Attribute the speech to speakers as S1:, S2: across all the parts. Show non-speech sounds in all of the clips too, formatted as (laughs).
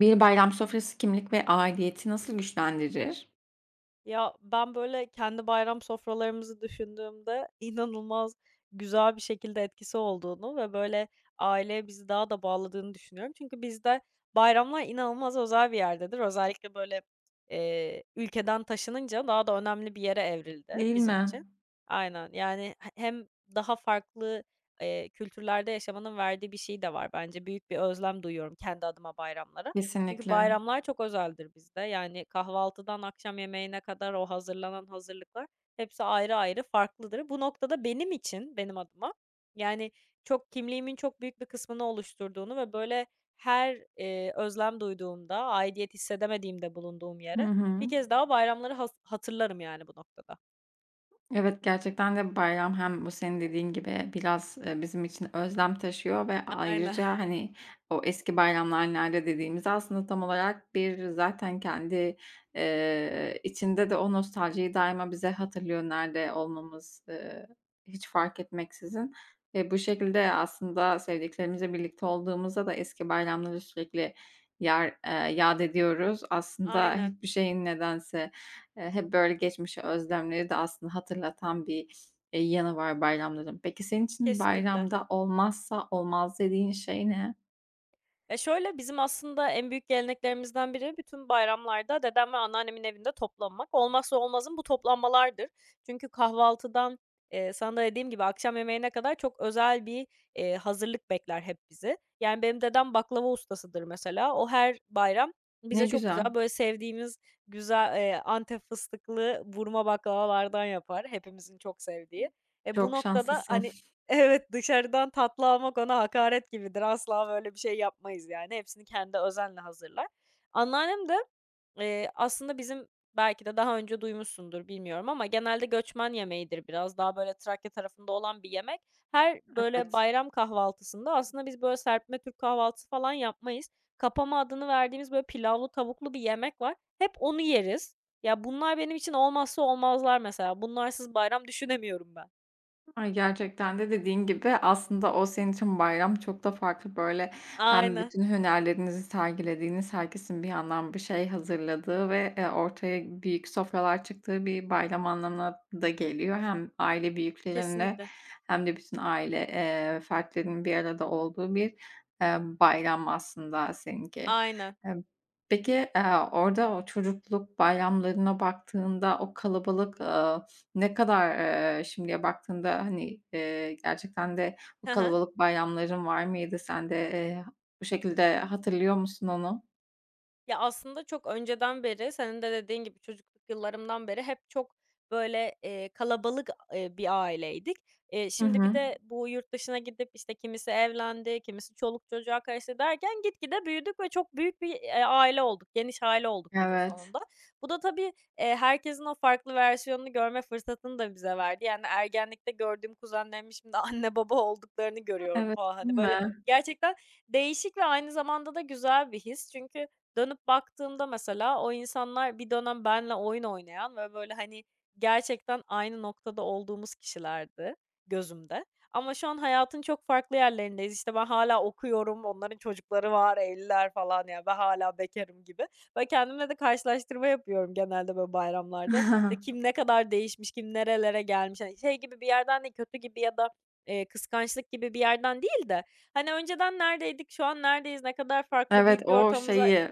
S1: Bir bayram sofrası kimlik ve aidiyeti nasıl güçlendirir?
S2: Ya, ben, böyle, kendi bayram sofralarımızı düşündüğümde inanılmaz güzel bir şekilde etkisi olduğunu ve, böyle, aileye bizi daha da bağladığını düşünüyorum. Çünkü bizde bayramlar inanılmaz özel bir yerdedir. Özellikle, böyle, ülkeden taşınınca daha da önemli bir yere evrildi
S1: Değil
S2: bizim
S1: mi?
S2: için. Aynen, yani, hem daha farklı, kültürlerde yaşamanın verdiği bir şey de var bence. Büyük bir özlem duyuyorum kendi adıma bayramlara. Çünkü
S1: Kesinlikle.
S2: bayramlar çok özeldir bizde. Yani kahvaltıdan akşam yemeğine kadar o hazırlanan hazırlıklar hepsi ayrı ayrı farklıdır. Bu noktada benim için, benim adıma yani çok kimliğimin çok büyük bir kısmını oluşturduğunu ve böyle her, özlem duyduğumda, aidiyet hissedemediğimde bulunduğum
S1: Hı
S2: yere
S1: hı.
S2: bir kez daha bayramları hatırlarım yani bu noktada.
S1: Evet, gerçekten de bayram hem bu senin dediğin gibi biraz, bizim için özlem taşıyor ve
S2: Aynen,
S1: ayrıca,
S2: (laughs)
S1: hani, o eski bayramlar nerede dediğimiz aslında tam olarak bir zaten kendi, içinde de o nostaljiyi daima bize hatırlıyor nerede olmamız, hiç fark etmeksizin. Ve bu şekilde aslında sevdiklerimizle birlikte olduğumuzda da eski bayramları sürekli yer yâd ediyoruz. Aslında
S2: aynen.
S1: hiçbir şeyin nedense hep böyle geçmişe özlemleri de aslında hatırlatan bir, yanı var bayramların. Peki senin için
S2: Kesinlikle.
S1: bayramda olmazsa olmaz dediğin şey ne?
S2: Ya, şöyle, bizim aslında en büyük geleneklerimizden biri bütün bayramlarda dedem ve anneannemin evinde toplanmak. Olmazsa olmazım bu toplanmalardır. Çünkü kahvaltıdan, sana da dediğim gibi akşam yemeğine kadar çok özel bir, hazırlık bekler hep bizi. Yani, benim dedem baklava ustasıdır mesela. O her bayram
S1: Ne
S2: bize çok
S1: güzel,
S2: güzel, böyle, sevdiğimiz güzel, Antep fıstıklı burma baklavalardan yapar, hepimizin çok sevdiği. Bu
S1: çok
S2: noktada,
S1: şanslısın.
S2: hani, evet, dışarıdan tatlı almak ona hakaret gibidir. Asla böyle bir şey yapmayız yani. Hepsini kendi özenle hazırlar. Anneannem de, aslında bizim belki de daha önce duymuşsundur bilmiyorum ama genelde göçmen yemeğidir biraz. Daha böyle Trakya tarafında olan bir yemek. Her böyle
S1: Evet.
S2: bayram kahvaltısında aslında biz böyle serpme Türk kahvaltısı falan yapmayız. Kapama adını verdiğimiz böyle pilavlı tavuklu bir yemek var. Hep onu yeriz. Ya, bunlar benim için olmazsa olmazlar mesela. Bunlarsız bayram düşünemiyorum ben.
S1: Ay, gerçekten de dediğin gibi aslında o senin için bayram çok da farklı, böyle, hem
S2: Aynen,
S1: bütün hünerlerinizi sergilediğiniz, herkesin bir yandan bir şey hazırladığı ve, ortaya büyük sofralar çıktığı bir bayram anlamına da geliyor. Hem aile büyüklerinle
S2: kesinlikle.
S1: hem de bütün aile, fertlerinin bir arada olduğu bir, bayram aslında seninki.
S2: Aynen.
S1: Emm, peki, orada o çocukluk bayramlarına baktığında o kalabalık, ne kadar, şimdiye baktığında, hani, gerçekten de bu
S2: Hı hı.
S1: kalabalık bayramların var mıydı? Sen de, bu şekilde hatırlıyor musun onu?
S2: Ya, aslında çok önceden beri, senin de dediğin gibi çocukluk yıllarımdan beri hep çok, böyle, kalabalık, bir aileydik.
S1: Hı
S2: Şimdi bir
S1: hı.
S2: de bu yurt dışına gidip, işte, kimisi evlendi, kimisi çoluk çocuğa karıştı derken gitgide büyüdük ve çok büyük bir, aile olduk, geniş aile olduk günün
S1: Evet.
S2: sonunda. Bu da tabii, herkesin o farklı versiyonunu görme fırsatını da bize verdi. Yani, ergenlikte gördüğüm kuzenlerimin şimdi (laughs) anne baba olduklarını görüyorum
S1: Evet,
S2: falan. Hani,
S1: değil
S2: böyle,
S1: mi?
S2: gerçekten değişik ve aynı zamanda da güzel bir his. Çünkü dönüp baktığımda mesela o insanlar bir dönem benle oyun oynayan ve böyle, hani, gerçekten aynı noktada olduğumuz kişilerdi gözümde. Ama şu an hayatın çok farklı yerlerindeyiz. İşte, ben hala okuyorum, onların çocukları var, evliler falan, ya, ben hala bekârım gibi. Ve kendimle de karşılaştırma yapıyorum genelde böyle bayramlarda. İşte, kim
S1: (laughs)
S2: ne kadar değişmiş, kim nerelere gelmiş. Hani, şey gibi bir yerden değil, kötü gibi ya da, kıskançlık gibi bir yerden değil de, hani, önceden neredeydik, şu an neredeyiz, ne kadar farklı
S1: Evet,
S2: büyük bir
S1: o
S2: ortamımız var.
S1: şeyi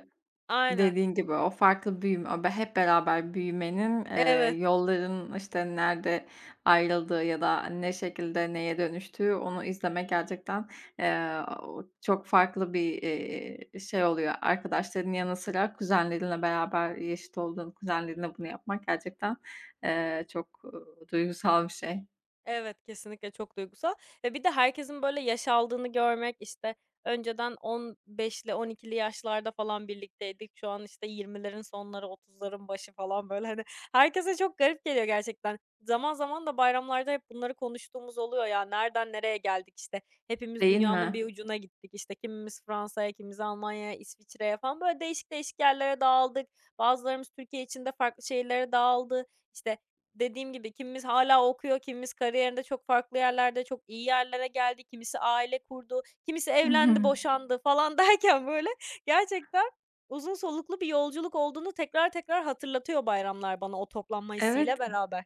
S2: Aynen.
S1: dediğin gibi o farklı büyüme, o hep beraber büyümenin,
S2: Evet,
S1: yolların, işte, nerede ayrıldığı ya da ne şekilde neye dönüştüğü onu izlemek gerçekten, o çok farklı bir, şey oluyor. Arkadaşların yanı sıra kuzenlerinle beraber yaşıt olduğun kuzenlerinle bunu yapmak gerçekten, çok, duygusal bir şey,
S2: evet, kesinlikle çok duygusal ve bir de herkesin böyle yaş aldığını görmek, işte, önceden 15'li 12'li yaşlarda falan birlikteydik. Şu an, işte, 20'lerin sonları, 30'ların başı falan, böyle, hani, herkese çok garip geliyor gerçekten. Zaman zaman da bayramlarda hep bunları konuştuğumuz oluyor ya, nereden nereye geldik, işte, hepimiz
S1: değil
S2: dünyanın
S1: mi?
S2: bir ucuna gittik, işte, kimimiz Fransa'ya, kimimiz Almanya'ya, İsviçre'ye falan, böyle, değişik değişik yerlere dağıldık. Bazılarımız Türkiye içinde farklı şehirlere dağıldı. İşte dediğim gibi kimimiz hala okuyor, kimimiz kariyerinde çok farklı yerlerde, çok iyi yerlere geldi, kimisi aile kurdu, kimisi evlendi,
S1: (laughs)
S2: boşandı falan (laughs) derken böyle gerçekten uzun soluklu bir yolculuk olduğunu tekrar tekrar hatırlatıyor bayramlar bana o toplanma
S1: Evet.
S2: hissiyle beraber.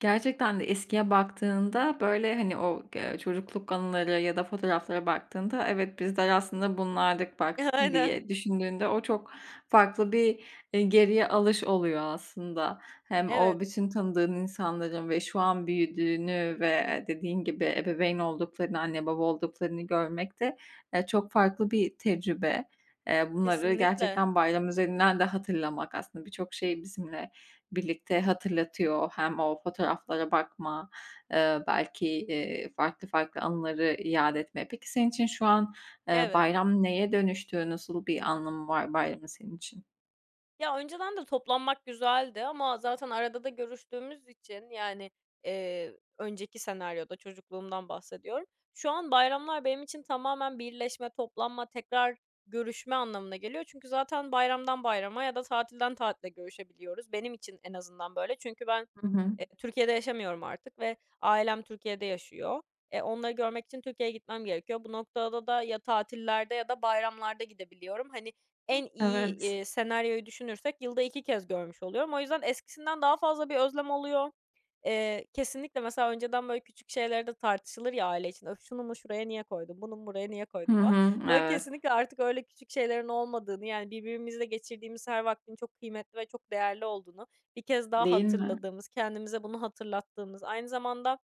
S1: Gerçekten de eskiye baktığında, böyle, hani, o, çocukluk anıları ya da fotoğraflara baktığında, "Evet, bizler aslında bunlardık bak."
S2: (laughs) Aynen.
S1: diye düşündüğünde o çok farklı bir, geriye alış oluyor aslında. Hem o
S2: Evet,
S1: bütün tanıdığın insanların ve şu an büyüdüğünü dediğin gibi ebeveyn olduklarını, anne baba olduklarını görmek de, çok farklı bir tecrübe. Bunları
S2: kesinlikle.
S1: gerçekten bayram üzerinden de hatırlamak aslında birçok şey bizimle birlikte hatırlatıyor. Hem o fotoğraflara bakma, belki, farklı farklı anıları iade etme. Peki senin için şu an,
S2: Evet.
S1: bayram neye dönüştü? Nasıl bir anlamı var bayramın senin için?
S2: Ya, önceden de toplanmak güzeldi ama zaten arada da görüştüğümüz için, yani, önceki senaryoda, çocukluğumdan bahsediyorum. Şu an bayramlar benim için tamamen birleşme, toplanma, tekrar görüşme anlamına geliyor. Çünkü zaten bayramdan bayrama ya da tatilden tatile görüşebiliyoruz. Benim için en azından böyle. Çünkü ben,
S1: Hı hı.
S2: Türkiye'de yaşamıyorum artık ve ailem Türkiye'de yaşıyor. E, onları görmek için Türkiye'ye gitmem gerekiyor. Bu noktada da ya tatillerde ya da bayramlarda gidebiliyorum. Hani, en iyi,
S1: Evet.
S2: senaryoyu düşünürsek yılda 2 kez görmüş oluyorum. O yüzden eskisinden daha fazla bir özlem oluyor. Kesinlikle mesela önceden böyle küçük şeyler de tartışılır ya aile için. "Öf, şunu mu şuraya niye koydun, bunu mu buraya niye
S1: Hı
S2: koydun?" falan.
S1: hı.
S2: Böyle
S1: Evet.
S2: kesinlikle artık öyle küçük şeylerin olmadığını, yani birbirimizle geçirdiğimiz her vaktin çok kıymetli ve çok değerli olduğunu bir kez daha
S1: Değil mi?
S2: hatırladığımız, kendimize bunu hatırlattığımız, aynı zamanda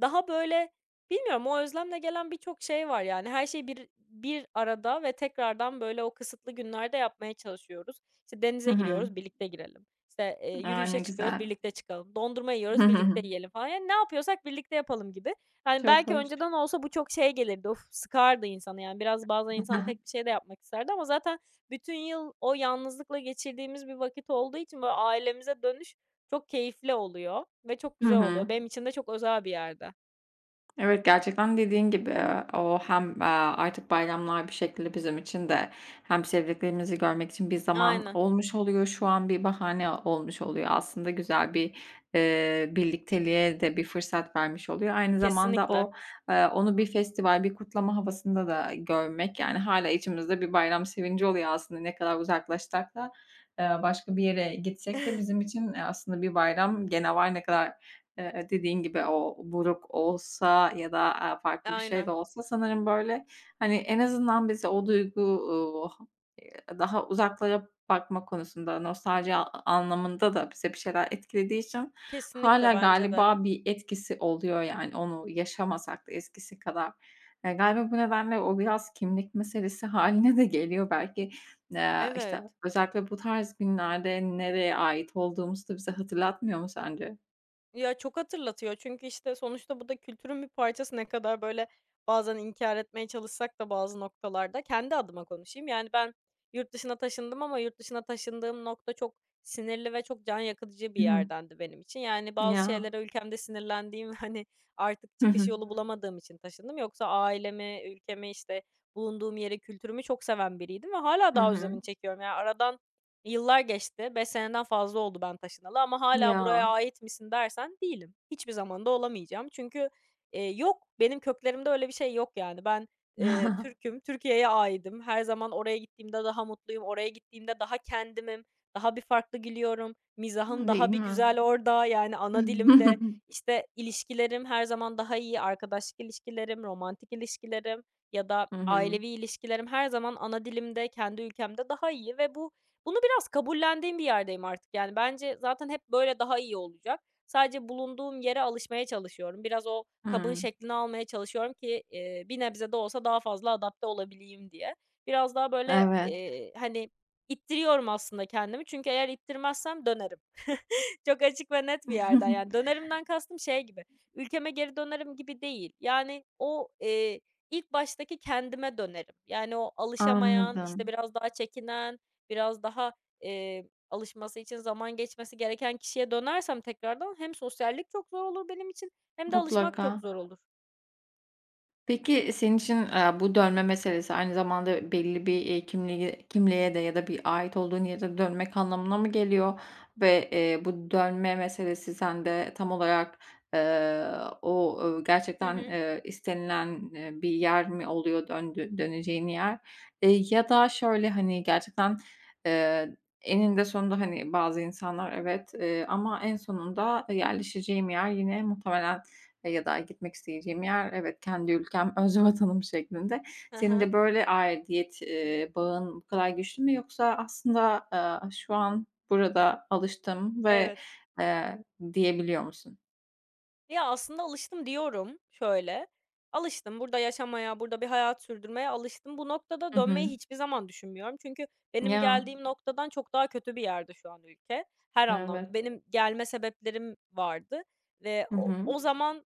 S2: daha böyle bilmiyorum o özlemle gelen birçok şey var yani. Her şey bir arada ve tekrardan böyle o kısıtlı günlerde yapmaya çalışıyoruz. İşte
S1: Hı
S2: denize
S1: hı.
S2: giriyoruz, birlikte girelim. İşte,
S1: A, ne
S2: yürüyüşe çıkıyoruz,
S1: güzel.
S2: birlikte çıkalım. Dondurma
S1: (laughs) Hı
S2: yiyoruz,
S1: hı.
S2: birlikte yiyelim falan. Yani ne yapıyorsak birlikte yapalım gibi. Yani
S1: Çok
S2: belki
S1: hoş.
S2: önceden olsa bu çok şey gelirdi, of, sıkardı insanı yani. Biraz bazen insan tek bir şey de yapmak isterdi ama zaten bütün yıl o yalnızlıkla geçirdiğimiz bir vakit olduğu için böyle ailemize dönüş çok keyifli oluyor ve çok
S1: (laughs) Hı
S2: güzel oluyor.
S1: hı.
S2: Benim için de çok özel bir yerde.
S1: Evet, gerçekten dediğin gibi, o hem, artık bayramlar bir şekilde bizim için de hem sevdiklerimizi görmek için bir zaman
S2: Aynen.
S1: olmuş oluyor. Şu an bir bahane olmuş oluyor. Aslında güzel bir, birlikteliğe de bir fırsat vermiş oluyor. Aynı zamanda
S2: Kesinlikle.
S1: o, onu bir festival, bir kutlama havasında da görmek, yani, hala içimizde bir bayram sevinci oluyor aslında. Ne kadar uzaklaşsak da, başka bir yere gitsek de bizim
S2: (laughs)
S1: için, aslında bir bayram gene var. Ne kadar dediğin gibi o buruk olsa ya da, farklı bir şey de
S2: Aynen.
S1: olsa sanırım, böyle, hani, en azından bizi o duygu, daha uzaklara bakma konusunda, nostalji anlamında da bize bir şeyler etkilediği için hâlâ
S2: Kesinlikle, bence de.
S1: galiba bir etkisi oluyor, yani, onu yaşamasak da eskisi kadar. Galiba bu nedenle o biraz kimlik meselesi (laughs) hâline de geliyor belki. İşte,
S2: Evet.
S1: özellikle bu tarz günlerde nereye ait olduğumuzu da bize hatırlatmıyor mu sence?
S2: Ya, çok hatırlatıyor çünkü, işte, sonuçta bu da kültürün bir parçası. Ne kadar böyle bazen inkar etmeye çalışsak da bazı noktalarda kendi adıma konuşayım. Yani, ben yurt dışına taşındım ama yurt dışına taşındığım nokta çok sinirli ve çok can yakıcı bir
S1: Hı hı.
S2: yerdendi benim için. Yani, bazı
S1: Ya.
S2: şeylere ülkemde sinirlendiğim (laughs) hani, artık
S1: Hı
S2: çıkış
S1: hı.
S2: yolu bulamadığım için taşındım. Yoksa ailemi, ülkemi, işte, bulunduğum yeri, kültürümü çok seven biriydim ve hala
S1: Hı
S2: daha
S1: hı.
S2: özlemini çekiyorum. Ya, aradan yıllar geçti. 5 seneden fazla oldu ben taşınalı ama hala buraya
S1: Ya.
S2: ait misin dersen değilim. Hiçbir zaman da olamayacağım. Çünkü, yok, benim köklerimde öyle bir şey yok yani. Ben,
S1: (laughs)
S2: Türk'üm, Türkiye'ye aitim. Her zaman oraya gittiğimde daha mutluyum. Oraya gittiğimde daha kendimim, daha bir farklı gülüyorum. Mizahım
S1: Değil
S2: daha bir
S1: mi?
S2: güzel orada, yani ana dilimde.
S1: (laughs)
S2: İşte ilişkilerim her zaman daha iyi. Arkadaşlık ilişkilerim, romantik ilişkilerim ya da
S1: Hı hı.
S2: ailevi ilişkilerim her zaman ana dilimde, kendi ülkemde daha iyi ve bunu biraz kabullendiğim bir yerdeyim artık. Yani, bence zaten hep böyle daha iyi olacak. Sadece bulunduğum yere alışmaya çalışıyorum. Biraz o kabın
S1: Hımm.
S2: şeklini almaya çalışıyorum ki, bir nebze de olsa daha fazla adapte olabileyim diye. Biraz daha böyle,
S1: Evet.
S2: hani, ittiriyorum aslında kendimi çünkü eğer ittirmezsem dönerim. Çok açık ve net bir yerden yani
S1: (laughs)
S2: dönerimden kastım şey gibi, ülkeme geri dönerim gibi değil. Yani o, ilk baştaki kendime dönerim. Yani o alışamayan, işte,
S1: Anladım.
S2: biraz daha çekinen, biraz daha, alışması için zaman geçmesi gereken kişiye dönersem tekrardan hem sosyallik çok zor olur benim için hem de alışmak çok
S1: Mutlaka.
S2: zor olur.
S1: Peki, senin için, bu dönme meselesi aynı zamanda belli bir, kimliğe de ya da bir ait olduğun yere dönmek anlamına mı geliyor? Ve, bu dönme meselesi sende tam olarak, eee, o,
S2: Hı
S1: gerçekten,
S2: hı.
S1: istenilen, bir yer mi oluyor döneceğin yer? Ya da şöyle, hani, gerçekten, eee, eninde sonunda, hani, bazı insanlar evet, ama en sonunda yerleşeceğim yer yine muhtemelen ya da gitmek isteyeceğim yer, evet, kendi ülkem, (laughs) öz vatanım şeklinde. Senin
S2: Aha.
S1: de böyle aidiyet, bağın bu kadar güçlü mü yoksa aslında, şu an burada alıştım ve,
S2: Evet.
S1: eee, diyebiliyor musun?
S2: Ya, aslında alıştım diyorum şöyle, alıştım, burada yaşamaya, burada bir hayat sürdürmeye alıştım. Bu noktada
S1: Hı hı.
S2: dönmeyi hiçbir zaman düşünmüyorum. Çünkü benim
S1: Ya,
S2: geldiğim noktadan çok daha kötü bir yerde şu an ülke her anlamda.
S1: evet.
S2: Benim gelme sebeplerim vardı ve
S1: Hı
S2: o
S1: hı.
S2: o zaman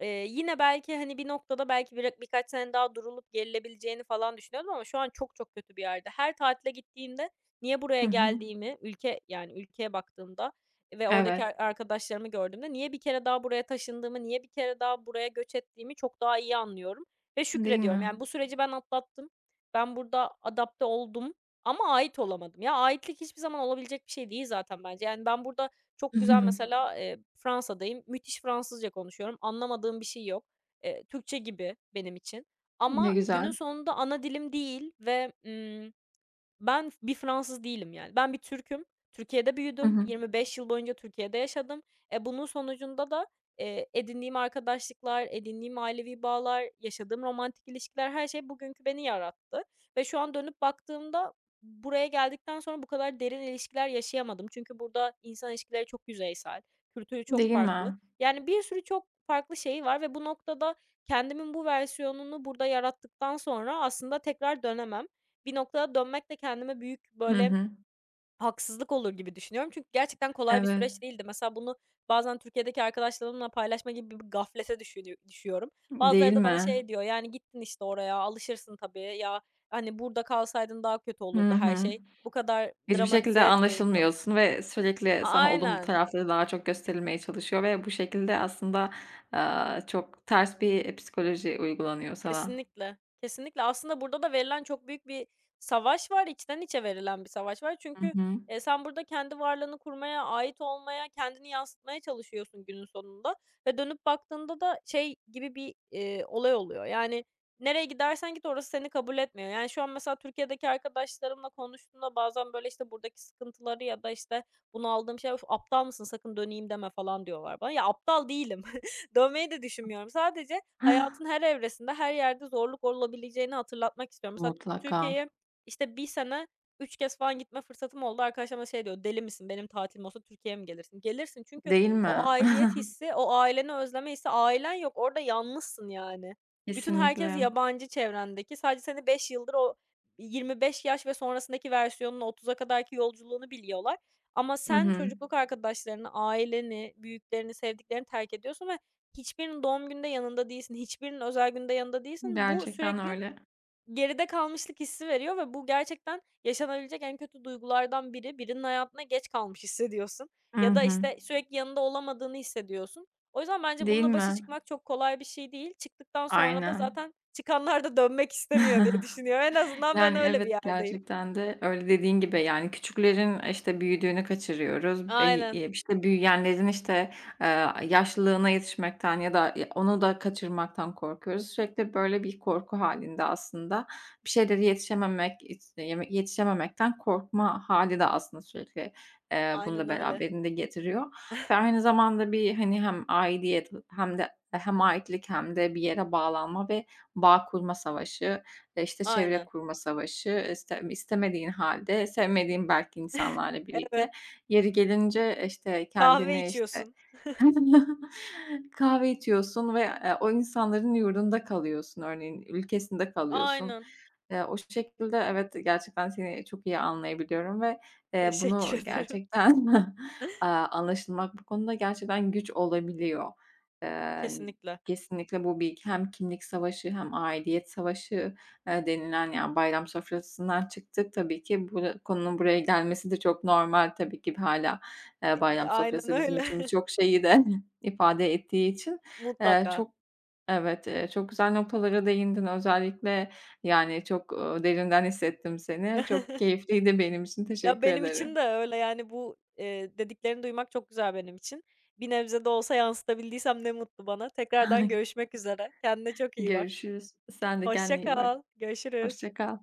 S2: Yine belki, hani, bir noktada belki birkaç sene daha durulup gerilebileceğini falan düşünüyordum ama şu an çok çok kötü bir yerde. Her tatile gittiğimde niye buraya
S1: Hı hı.
S2: geldiğimi, ülke, yani, ülkeye baktığımda ve oradaki
S1: Evet,
S2: arkadaşlarımı gördüğümde niye bir kere daha buraya taşındığımı, niye bir kere daha buraya göç ettiğimi çok daha iyi anlıyorum ve
S1: değil mi?
S2: şükrediyorum. Yani, bu süreci ben atlattım. Ben burada adapte oldum ama ait olamadım. Ya, aitlik hiçbir zaman olabilecek bir şey değil zaten bence. Yani, ben burada çok
S1: Hı
S2: güzel
S1: hı.
S2: mesela, Fransa'dayım, müthiş Fransızca konuşuyorum, anlamadığım bir şey yok. Türkçe gibi benim için
S1: Ne
S2: ama günün
S1: güzel.
S2: sonunda ana dilim değil ve, ben bir Fransız değilim yani. Ben bir Türk'üm. Türkiye'de
S1: Hı
S2: büyüdüm.
S1: hı.
S2: 25 yıl boyunca Türkiye'de yaşadım. E, bunun sonucunda da, edindiğim arkadaşlıklar, edindiğim ailevi bağlar, yaşadığım romantik ilişkiler, her şey bugünkü beni yarattı ve şu an dönüp baktığımda buraya geldikten sonra bu kadar derin ilişkiler yaşayamadım. Çünkü burada insan ilişkileri çok yüzeysel, kültürü çok
S1: Değil
S2: farklı.
S1: mi?
S2: Yani bir sürü çok farklı şeyi var ve bu noktada kendimin bu versiyonunu burada yarattıktan sonra aslında tekrar dönemem bir noktaya dönmek de kendime büyük,
S1: Hı
S2: böyle,
S1: hı.
S2: haksızlık olur gibi düşünüyorum. Çünkü gerçekten kolay bir
S1: Evet.
S2: süreç değildi. Mesela bunu bazen Türkiye'deki arkadaşlarımla paylaşma gibi bir gaflete düşüyorum.
S1: Değil
S2: Bazıları da bana
S1: mi?
S2: şey diyor, yani, "Gittin, işte, oraya, alışırsın tabii. Ya, hani, burada kalsaydın daha kötü
S1: Hı
S2: olurdu her
S1: hı.
S2: şey. Bu kadar
S1: Hiçbir
S2: dramatize
S1: şekilde
S2: etmeyin."
S1: anlaşılmıyorsun ve sürekli sana olumlu
S2: Aynen.
S1: tarafları daha çok gösterilmeye çalışıyor ve bu şekilde aslında, çok ters bir psikoloji uygulanıyor sana.
S2: Kesinlikle, kesinlikle. Aslında burada da verilen çok büyük bir savaş var, içten içe verilen bir savaş var.
S1: Hı
S2: Çünkü,
S1: hı.
S2: sen burada kendi varlığını kurmaya, ait olmaya, kendini yansıtmaya çalışıyorsun günün sonunda ve dönüp baktığında da şey gibi bir, olay oluyor. Yani, nereye gidersen git orası seni kabul etmiyor. Yani, şu an mesela Türkiye'deki arkadaşlarımla konuştuğumda bazen, böyle, işte, buradaki sıkıntıları ya da, işte, bunu aldığım şey, "Of, aptal mısın? Sakın döneyim deme." falan diyorlar bana. Ya, aptal değilim. (laughs) Dönmeyi de düşünmüyorum. Sadece hayatın her
S1: (gasps)
S2: evresinde, her yerde zorluk olabileceğini hatırlatmak istiyorum. Mesela
S1: Mutlaka,
S2: Türkiye'ye, işte, bir sene 3 kez falan gitme fırsatım oldu. Arkadaşlarım da şey diyor, "Deli misin? Benim tatilim olsa Türkiye'ye mi gelirsin?" Gelirsin çünkü
S1: değil
S2: o
S1: mi?
S2: aidiyet
S1: (laughs)
S2: hissi, o aileni özleme hissi, ailen yok, orada yalnızsın yani. Bütün herkes
S1: Kesinlikle.
S2: yabancı çevrendeki. Sadece seni 5 yıldır o 25 yaş ve sonrasındaki versiyonunu, 30'a kadarki yolculuğunu biliyorlar. Ama
S1: Hı
S2: sen
S1: hı.
S2: çocukluk arkadaşlarını, aileni, büyüklerini, sevdiklerini terk ediyorsun ve hiçbirinin doğum günde yanında değilsin, hiçbirinin özel günde yanında değilsin. Bu
S1: Gerçekten
S2: sürekli
S1: öyle.
S2: geride kalmışlık hissi veriyor ve bu gerçekten yaşanabilecek en kötü duygulardan biri. Birinin hayatına geç kalmış hissediyorsun
S1: Hı
S2: ya da,
S1: hı.
S2: işte, sürekli yanında olamadığını hissediyorsun. O yüzden bence
S1: Değil
S2: bununla başa
S1: mi?
S2: çıkmak çok kolay bir şey değil. Çıktıktan sonra da
S1: Aynen.
S2: zaten çıkanlar da dönmek istemiyor diye
S1: (laughs)
S2: düşünüyor. En azından ben
S1: Yani,
S2: öyle bir
S1: evet,
S2: yerdeyim.
S1: gerçekten de öyle dediğin gibi, yani, küçüklerin, işte, büyüdüğünü kaçırıyoruz.
S2: Aynen,
S1: İşte, büyüyenlerin, işte, yaşlılığına yetişmekten ya da, onu da kaçırmaktan korkuyoruz. Sürekli böyle bir korku halinde aslında. Bir şeyleri yetişememek, işte, yetişememekten korkma hâli de aslında sürekli, bunu da
S2: aynen öyle.
S1: beraberinde getiriyor ve aynı zamanda bir, hani, hem aidiyet hem de hem aitlik hem de bir yere bağlanma ve bağ kurma savaşı. İşte, çevre
S2: Aynen.
S1: kurma savaşı, istemediğin halde sevmediğin belki
S2: (laughs)
S1: insanlarla birlikte
S2: Evet,
S1: yeri gelince, işte,
S2: kahve
S1: kendini, işte
S2: içiyorsun.
S1: (laughs) kahve içiyorsun ve, o insanların yurdunda kalıyorsun örneğin, ülkesinde kalıyorsun.
S2: Aynen.
S1: O şekilde evet, gerçekten seni çok iyi anlayabiliyorum ve, bunu
S2: Teşekkür ederim.
S1: gerçekten, (laughs)
S2: (laughs)
S1: anlaşılmak bu konuda gerçekten güç olabiliyor. Eee,
S2: Kesinlikle.
S1: kesinlikle bu bir hem kimlik savaşı hem aidiyet savaşı, denilen, yani, bayram sofrasından çıktık tabii ki. Bu konunun buraya gelmesi de çok normal tabii ki hala.
S2: E,
S1: Bayram
S2: aynen
S1: sofrası bizim
S2: öyle.
S1: için
S2: (laughs)
S1: birçok şeyi de (laughs) ifade ettiği için,
S2: Mutlaka.
S1: çok evet, çok güzel noktalara değindin. Özellikle, yani, çok, derinden hissettim seni. Çok
S2: (laughs)
S1: keyifliydi benim için.
S2: Ya,
S1: Teşekkür
S2: benim
S1: ederim.
S2: için de öyle, yani, bu, dediklerini duymak çok güzel benim için. Bir nebze de olsa yansıtabildiysem ne mutlu bana. Tekrardan
S1: (laughs)
S2: görüşmek üzere. Kendine çok iyi bak.
S1: Görüşürüz. Sen de kendine
S2: Hoşça
S1: iyi bak.
S2: kal.
S1: Hoşça
S2: Görüşürüz.
S1: kal.